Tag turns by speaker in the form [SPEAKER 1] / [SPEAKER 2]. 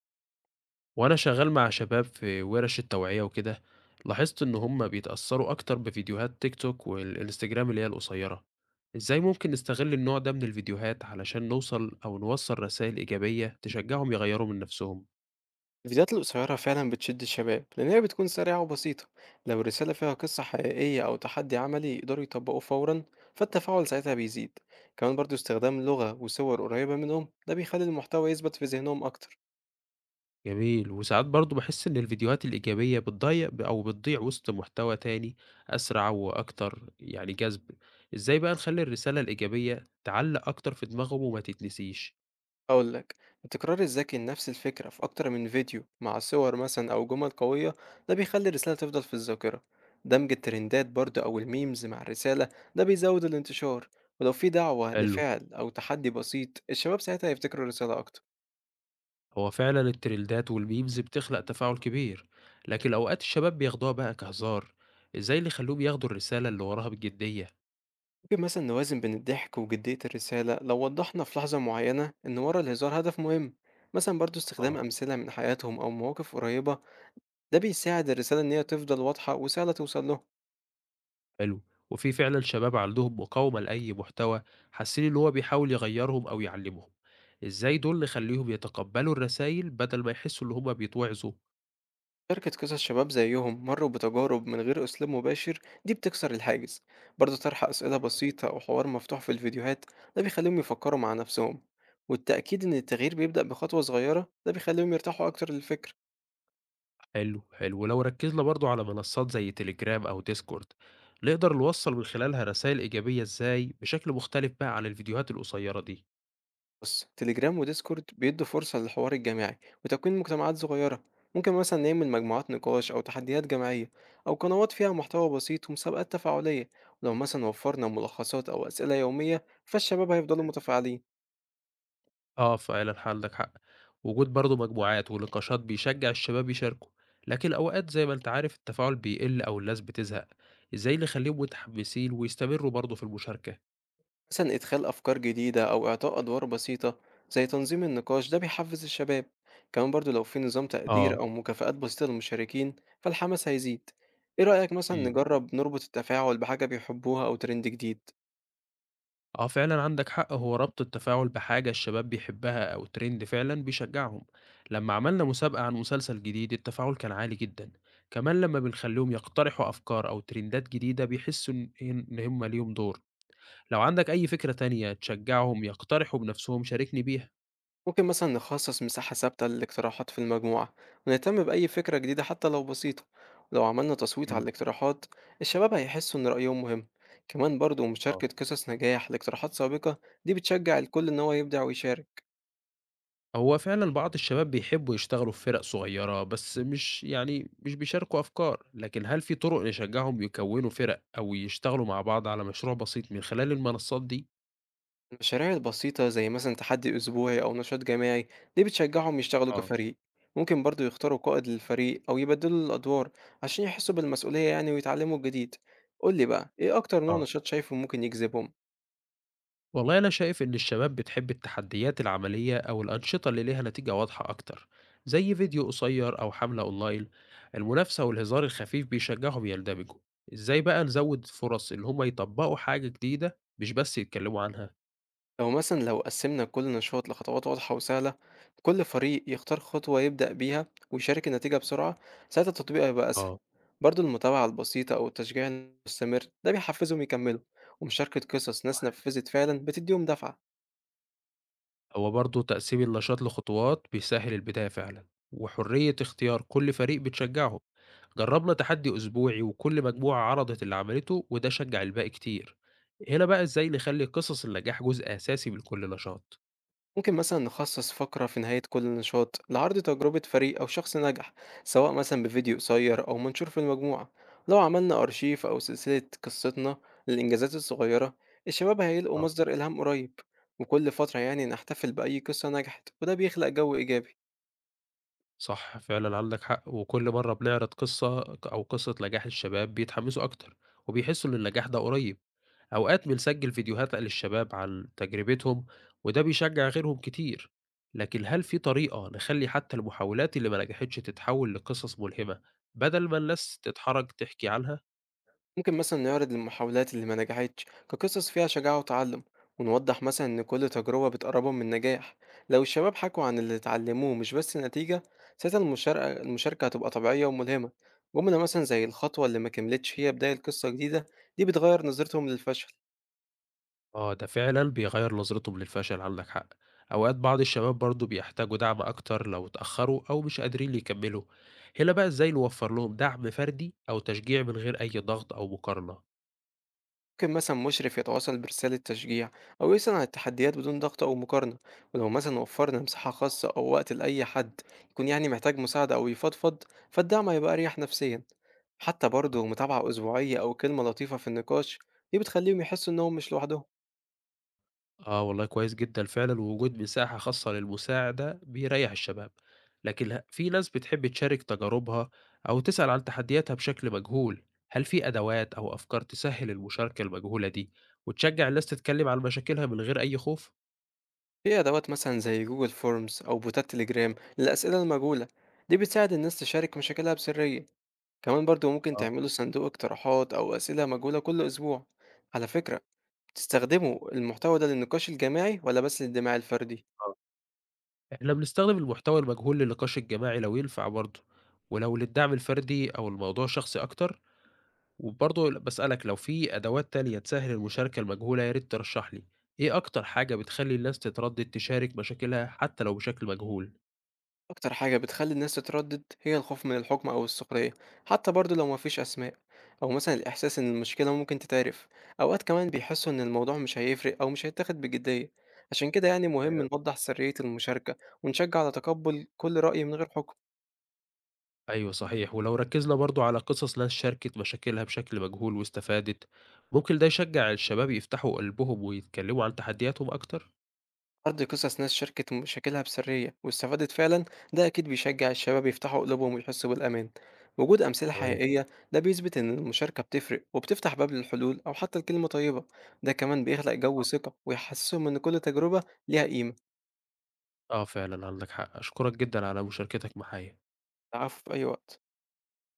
[SPEAKER 1] وأنا شغال مع شباب في ورش التوعية وكده، لاحظت إن هما بيتأثروا أكتر بفيديوهات تيك توك والإنستجرام اللي هي القصيرة. إزاي ممكن نستغل النوع ده من الفيديوهات علشان نوصل رسائل إيجابية تشجعهم يغيروا من نفسهم؟
[SPEAKER 2] الفيديوهات القصيرة فعلا بتشد الشباب لأن هي بتكون سريعة وبسيطة. لو الرسالة فيها قصة حقيقية أو تحدي عملي يقدروا يطبقوه فورا، فالتفاعل ساعتها بيزيد. كمان برضو استخدام لغة وصور قريبة منهم ده بيخلي المحتوى يثبت في ذهنهم أكتر.
[SPEAKER 1] جميل. وساعات برضو بحس إن الفيديوهات الإيجابية بتضيع وسط محتوى تاني أسرع وأكتر، يعني جذب. إزاي بقى نخلي الرسالة الإيجابية تعلق أكتر في دماغهم وما تتنسيش؟
[SPEAKER 2] أقولك، التكرار الذكي لنفس الفكرة في أكتر من فيديو مع صور مثلا أو جمل قوية ده بيخلي الرسالة تفضل في الذاكرة. دمج الترندات برضو أو الميمز مع الرسالة ده بيزود الانتشار. ولو في دعوة
[SPEAKER 1] حلو.
[SPEAKER 2] لفعل أو تحدي بسيط الشباب ساعتها هيفتكروا الرسالة أكتر.
[SPEAKER 1] هو فعلا الترندات والميمز بتخلق تفاعل كبير، لكن أوقات الشباب بياخدوها بقى كهزار. إزاي اللي يخلوهم ياخدوا الرسالة اللي وراها بجدية؟
[SPEAKER 2] ممكن مثلا نوازن بين الضحك وجدية الرسالة لو وضحنا في لحظة معينة إن ورا الهزار هدف مهم. مثلا برضو استخدام
[SPEAKER 1] آه.
[SPEAKER 2] أمثلة من حياتهم أو مواقف قريبة ده بيساعد الرسالة إن هي تفضل واضحة وسهلة توصل لهم.
[SPEAKER 1] حلو. وفي فعلا شباب عندهم مقاومة لأي محتوى، حاسين إن هو بيحاول يغيرهم أو يعلمهم. إزاي دول نخليهم يتقبلوا الرسائل بدل ما يحسوا إن هما بيتوعظوا؟
[SPEAKER 2] شركة قصص شباب زيهم مروا بتجارب من غير أسلوب مباشر دي بتكسر الحاجز. برضو طرح أسئلة بسيطة أو حوار مفتوح في الفيديوهات ده بيخليهم يفكروا مع نفسهم. والتأكيد إن التغيير بيبدأ بخطوة صغيرة ده بيخليهم يرتاحوا أكتر للفكرة.
[SPEAKER 1] حلو حلو. ولو ركزنا برضو على منصات زي تليجرام أو ديسكورد، نقدر نوصل من خلالها رسائل إيجابية إزاي بشكل مختلف بقى عن الفيديوهات القصيرة دي؟
[SPEAKER 2] بص، تليجرام وديسكورد بيدوا فرصة للحوار الجماعي وتكوين مجتمعات صغيرة. ممكن مثلا نعمل مجموعات نقاش أو تحديات جماعية، أو قنوات فيها محتوى بسيط ومسابقات تفاعلية. ولو مثلا وفرنا ملخصات أو أسئلة يومية فالشباب هيفضلوا متفاعلين.
[SPEAKER 1] آه، فعلًا عندك حق. وجود برضه مجموعات ونقاشات بيشجّع الشباب يشاركوا، لكن أوقات زي ما أنت عارف التفاعل بيقل أو الناس بتزهق، إزاي نخلّيهم متحمسين ويستمروا برضه في المشاركة؟
[SPEAKER 2] مثلا إدخال أفكار جديدة أو إعطاء أدوار بسيطة زي تنظيم النقاش ده بيحفز الشباب. كمان برضو لو في نظام تقدير
[SPEAKER 1] آه.
[SPEAKER 2] أو مكافآت بسيطة للمشاركين فالحماس هيزيد. إيه رأيك مثلا
[SPEAKER 1] إمم.
[SPEAKER 2] نجرب نربط التفاعل بحاجة بيحبوها أو ترند جديد؟
[SPEAKER 1] آه، فعلًا عندك حق، هو ربط التفاعل بحاجة الشباب بيحبها أو trend فعلًا بيشجّعهم. لمّا عملنا مسابقة عن مسلسل جديد التفاعل كان عالي جدًا، كمان لمّا بنخلّيهم يقترحوا أفكار أو ترندات جديدة بيحسّوا إن هم ليهم دور. لو عندك أي فكرة تانية تشجّعهم يقترحوا بنفسهم شاركني بيها.
[SPEAKER 2] ممكن مثلا نخصص مساحة ثابتة للاقتراحات في المجموعة ونهتم بأي فكرة جديدة حتى لو بسيطة. ولو عملنا تصويت على
[SPEAKER 1] إمم.
[SPEAKER 2] الاقتراحات الشباب هيحسوا إن رأيهم مهم. كمان برضو
[SPEAKER 1] آه.
[SPEAKER 2] مشاركة قصص نجاح لاقتراحات سابقة دي بتشجع الكل إن هو يبدع ويشارك.
[SPEAKER 1] هو فعلًا بعض الشباب بيحبّوا يشتغلوا في فرق صغيّرة، بس مش يعني مش بيشاركوا أفكار، لكن هل في طرق نشجّعهم يكوّنوا فرق أو يشتغلوا مع بعض على مشروع بسيط من خلال المنصات دي؟
[SPEAKER 2] المشاريع البسيطة زي مثلا تحدي أسبوعي أو نشاط جماعي دي بتشجعهم يشتغلوا
[SPEAKER 1] آه.
[SPEAKER 2] كفريق. ممكن برضو يختاروا قائد للفريق أو يبدلوا الأدوار عشان يحسوا بالمسؤولية يعني ويتعلموا الجديد. قولي بقى إيه أكتر نوع
[SPEAKER 1] آه.
[SPEAKER 2] نشاط شايفه ممكن يجذبهم؟
[SPEAKER 1] والله أنا شايف إن الشباب بتحب التحديات العملية أو الأنشطة اللي ليها نتيجة واضحة أكتر، زي فيديو قصير أو حملة أونلاين. المنافسة والهزار الخفيف بيشجعهم يندمجوا. إزاي بقى نزود فرص إن هما يطبقوا حاجة جديدة مش بس يتكلموا عنها؟
[SPEAKER 2] لو مثلا لو قسمنا كل نشاط لخطوات واضحة وسهلة كل فريق يختار خطوة يبدأ بيها ويشارك النتيجة بسرعة، ساعتها التطبيق هيبقى أسهل.
[SPEAKER 1] آه.
[SPEAKER 2] برضو المتابعة البسيطة أو التشجيع المستمر ده بيحفزهم يكملوا، ومشاركة قصص ناس نفذت فعلا بتديهم دفعة.
[SPEAKER 1] هو برضه تقسيم النشاط لخطوات بيسهل البداية فعلا، وحرية اختيار كل فريق بتشجعه. جربنا تحدي أسبوعي وكل مجموعة عرضت اللي عملته وده شجع الباقي كتير. هنا بقى إزاي نخلي قصص النجاح جزء أساسي من كل نشاط؟
[SPEAKER 2] ممكن مثلا نخصص فقرة في نهاية كل نشاط لعرض تجربة فريق أو شخص نجح، سواء مثلا بفيديو قصير أو منشور في المجموعة. لو عملنا أرشيف أو سلسلة قصتنا للإنجازات الصغيرة الشباب هيلاقوا
[SPEAKER 1] آه،
[SPEAKER 2] مصدر إلهام قريب. وكل فترة يعني نحتفل بأي قصة نجحت وده بيخلق جو إيجابي.
[SPEAKER 1] صح فعلا عندك حق، وكل مرة بنعرض قصة نجاح الشباب بيتحمسوا أكتر وبيحسوا إن النجاح ده قريب. أوقات بنسجل فيديوهات بقى للشباب عن تجربتهم وده بيشجع غيرهم كتير. لكن هل في طريقة نخلي حتى المحاولات اللي ما نجحتش تتحول لقصص ملهمة بدل ما الناس تتحرج تحكي عنها؟
[SPEAKER 2] ممكن مثلا نعرض المحاولات اللي ما نجحتش كقصص فيها شجاعة وتعلم، ونوضح مثلا إن كل تجربة بتقربهم من النجاح. لو الشباب حكوا عن اللي اتعلموه مش بس نتيجة ساعتها المشاركة هتبقى طبيعية وملهمة. جملة مثلا زي الخطوة اللي ما كملتش هي بداية قصة جديدة دي بتغير نظرتهم للفشل.
[SPEAKER 1] آه، ده فعلا بيغير نظرتهم للفشل، عندك حق. أوقات بعض الشباب برضو بيحتاجوا دعم أكتر لو اتأخروا أو مش قادرين يكملوا. هنا بقى إزاي نوفر لهم دعم فردي أو تشجيع من غير أي ضغط أو مقارنة؟
[SPEAKER 2] ممكن مثلا مشرف يتواصل برسالة تشجيع أو يسأل عن التحديات بدون ضغط أو مقارنة. ولو مثلا وفرنا مساحة خاصة أو وقت لأي حد يكون يعني محتاج مساعدة أو يفضفض فالدعم هيبقى أريح نفسيا. حتى
[SPEAKER 1] آه.
[SPEAKER 2] برضه متابعة أسبوعية أو كلمة لطيفة في النقاش دي بتخليهم يحسوا إنهم مش لوحدهم.
[SPEAKER 1] آه والله كويس جدًا فعلًا، ووجود مساحة خاصة للمساعدة بيريّح الشباب، لكن في ناس بتحب تشارك تجاربها أو تسأل عن تحدياتها بشكل مجهول. هل في أدوات أو أفكار تسهّل المشاركة المجهولة دي، وتشجّع الناس تتكلم عن مشاكلها من غير أي خوف؟
[SPEAKER 2] في أدوات مثلا زي جوجل فورمز أو بوتات تليجرام للأسئلة المجهولة دي بتساعد الناس تشارك مشاكلها بسرية. كمان برضه ممكن
[SPEAKER 1] آه.
[SPEAKER 2] تعملوا صندوق اقتراحات أو أسئلة مجهولة كل أسبوع. على فكرة، تستخدموا المحتوى ده للنقاش الجماعي ولا بس للدماع الفردي؟
[SPEAKER 1] آه. إحنا بنستخدم المحتوى المجهول للنقاش الجماعي لو ينفع برضه، ولو للدعم الفردي أو الموضوع شخصي أكتر. وبرضه باسألك لو في أدوات تانية تسهّل المشاركة المجهولة يا ريت ترشّح لي. إيه أكتر حاجة بتخلّي الناس تتردّد تشارك مشاكلها حتى لو بشكل مجهول؟
[SPEAKER 2] أكتر حاجة بتخلي الناس تتردد هي الخوف من الحكم أو السخرية حتى برضه لو مفيش أسماء، أو مثلا الإحساس إن المشكلة ممكن تتعرف. أوقات كمان بيحسوا إن الموضوع مش هيفرق أو مش هيتاخد بجدية. عشان كده يعني مهم
[SPEAKER 1] تمام.
[SPEAKER 2] نوضح سرية المشاركة ونشجع على تقبل كل رأي من غير حكم.
[SPEAKER 1] أيوه صحيح، ولو ركّزنا برضه على قصص ناس شاركت مشاكلها بشكل مجهول واستفادت، ممكن ده يشجّع الشباب يفتحوا قلبهم ويتكلّموا عن تحدياتهم أكتر؟
[SPEAKER 2] عرض قصص ناس شاركت مشاكلها بسرية واستفادت فعلا ده أكيد بيشجع الشباب يفتحوا قلوبهم ويحسوا بالأمان. وجود أمثلة
[SPEAKER 1] تمام.
[SPEAKER 2] حقيقية ده بيثبت إن المشاركة بتفرق وبتفتح باب للحلول أو حتى الكلمة طيبة. ده كمان بيخلق جو
[SPEAKER 1] آه.
[SPEAKER 2] ثقة ويحسسهم إن كل تجربة ليها قيمة.
[SPEAKER 1] آه فعلًا عندك حق، أشكرك جدًا على مشاركتك معايا.
[SPEAKER 2] العفو، في أي وقت.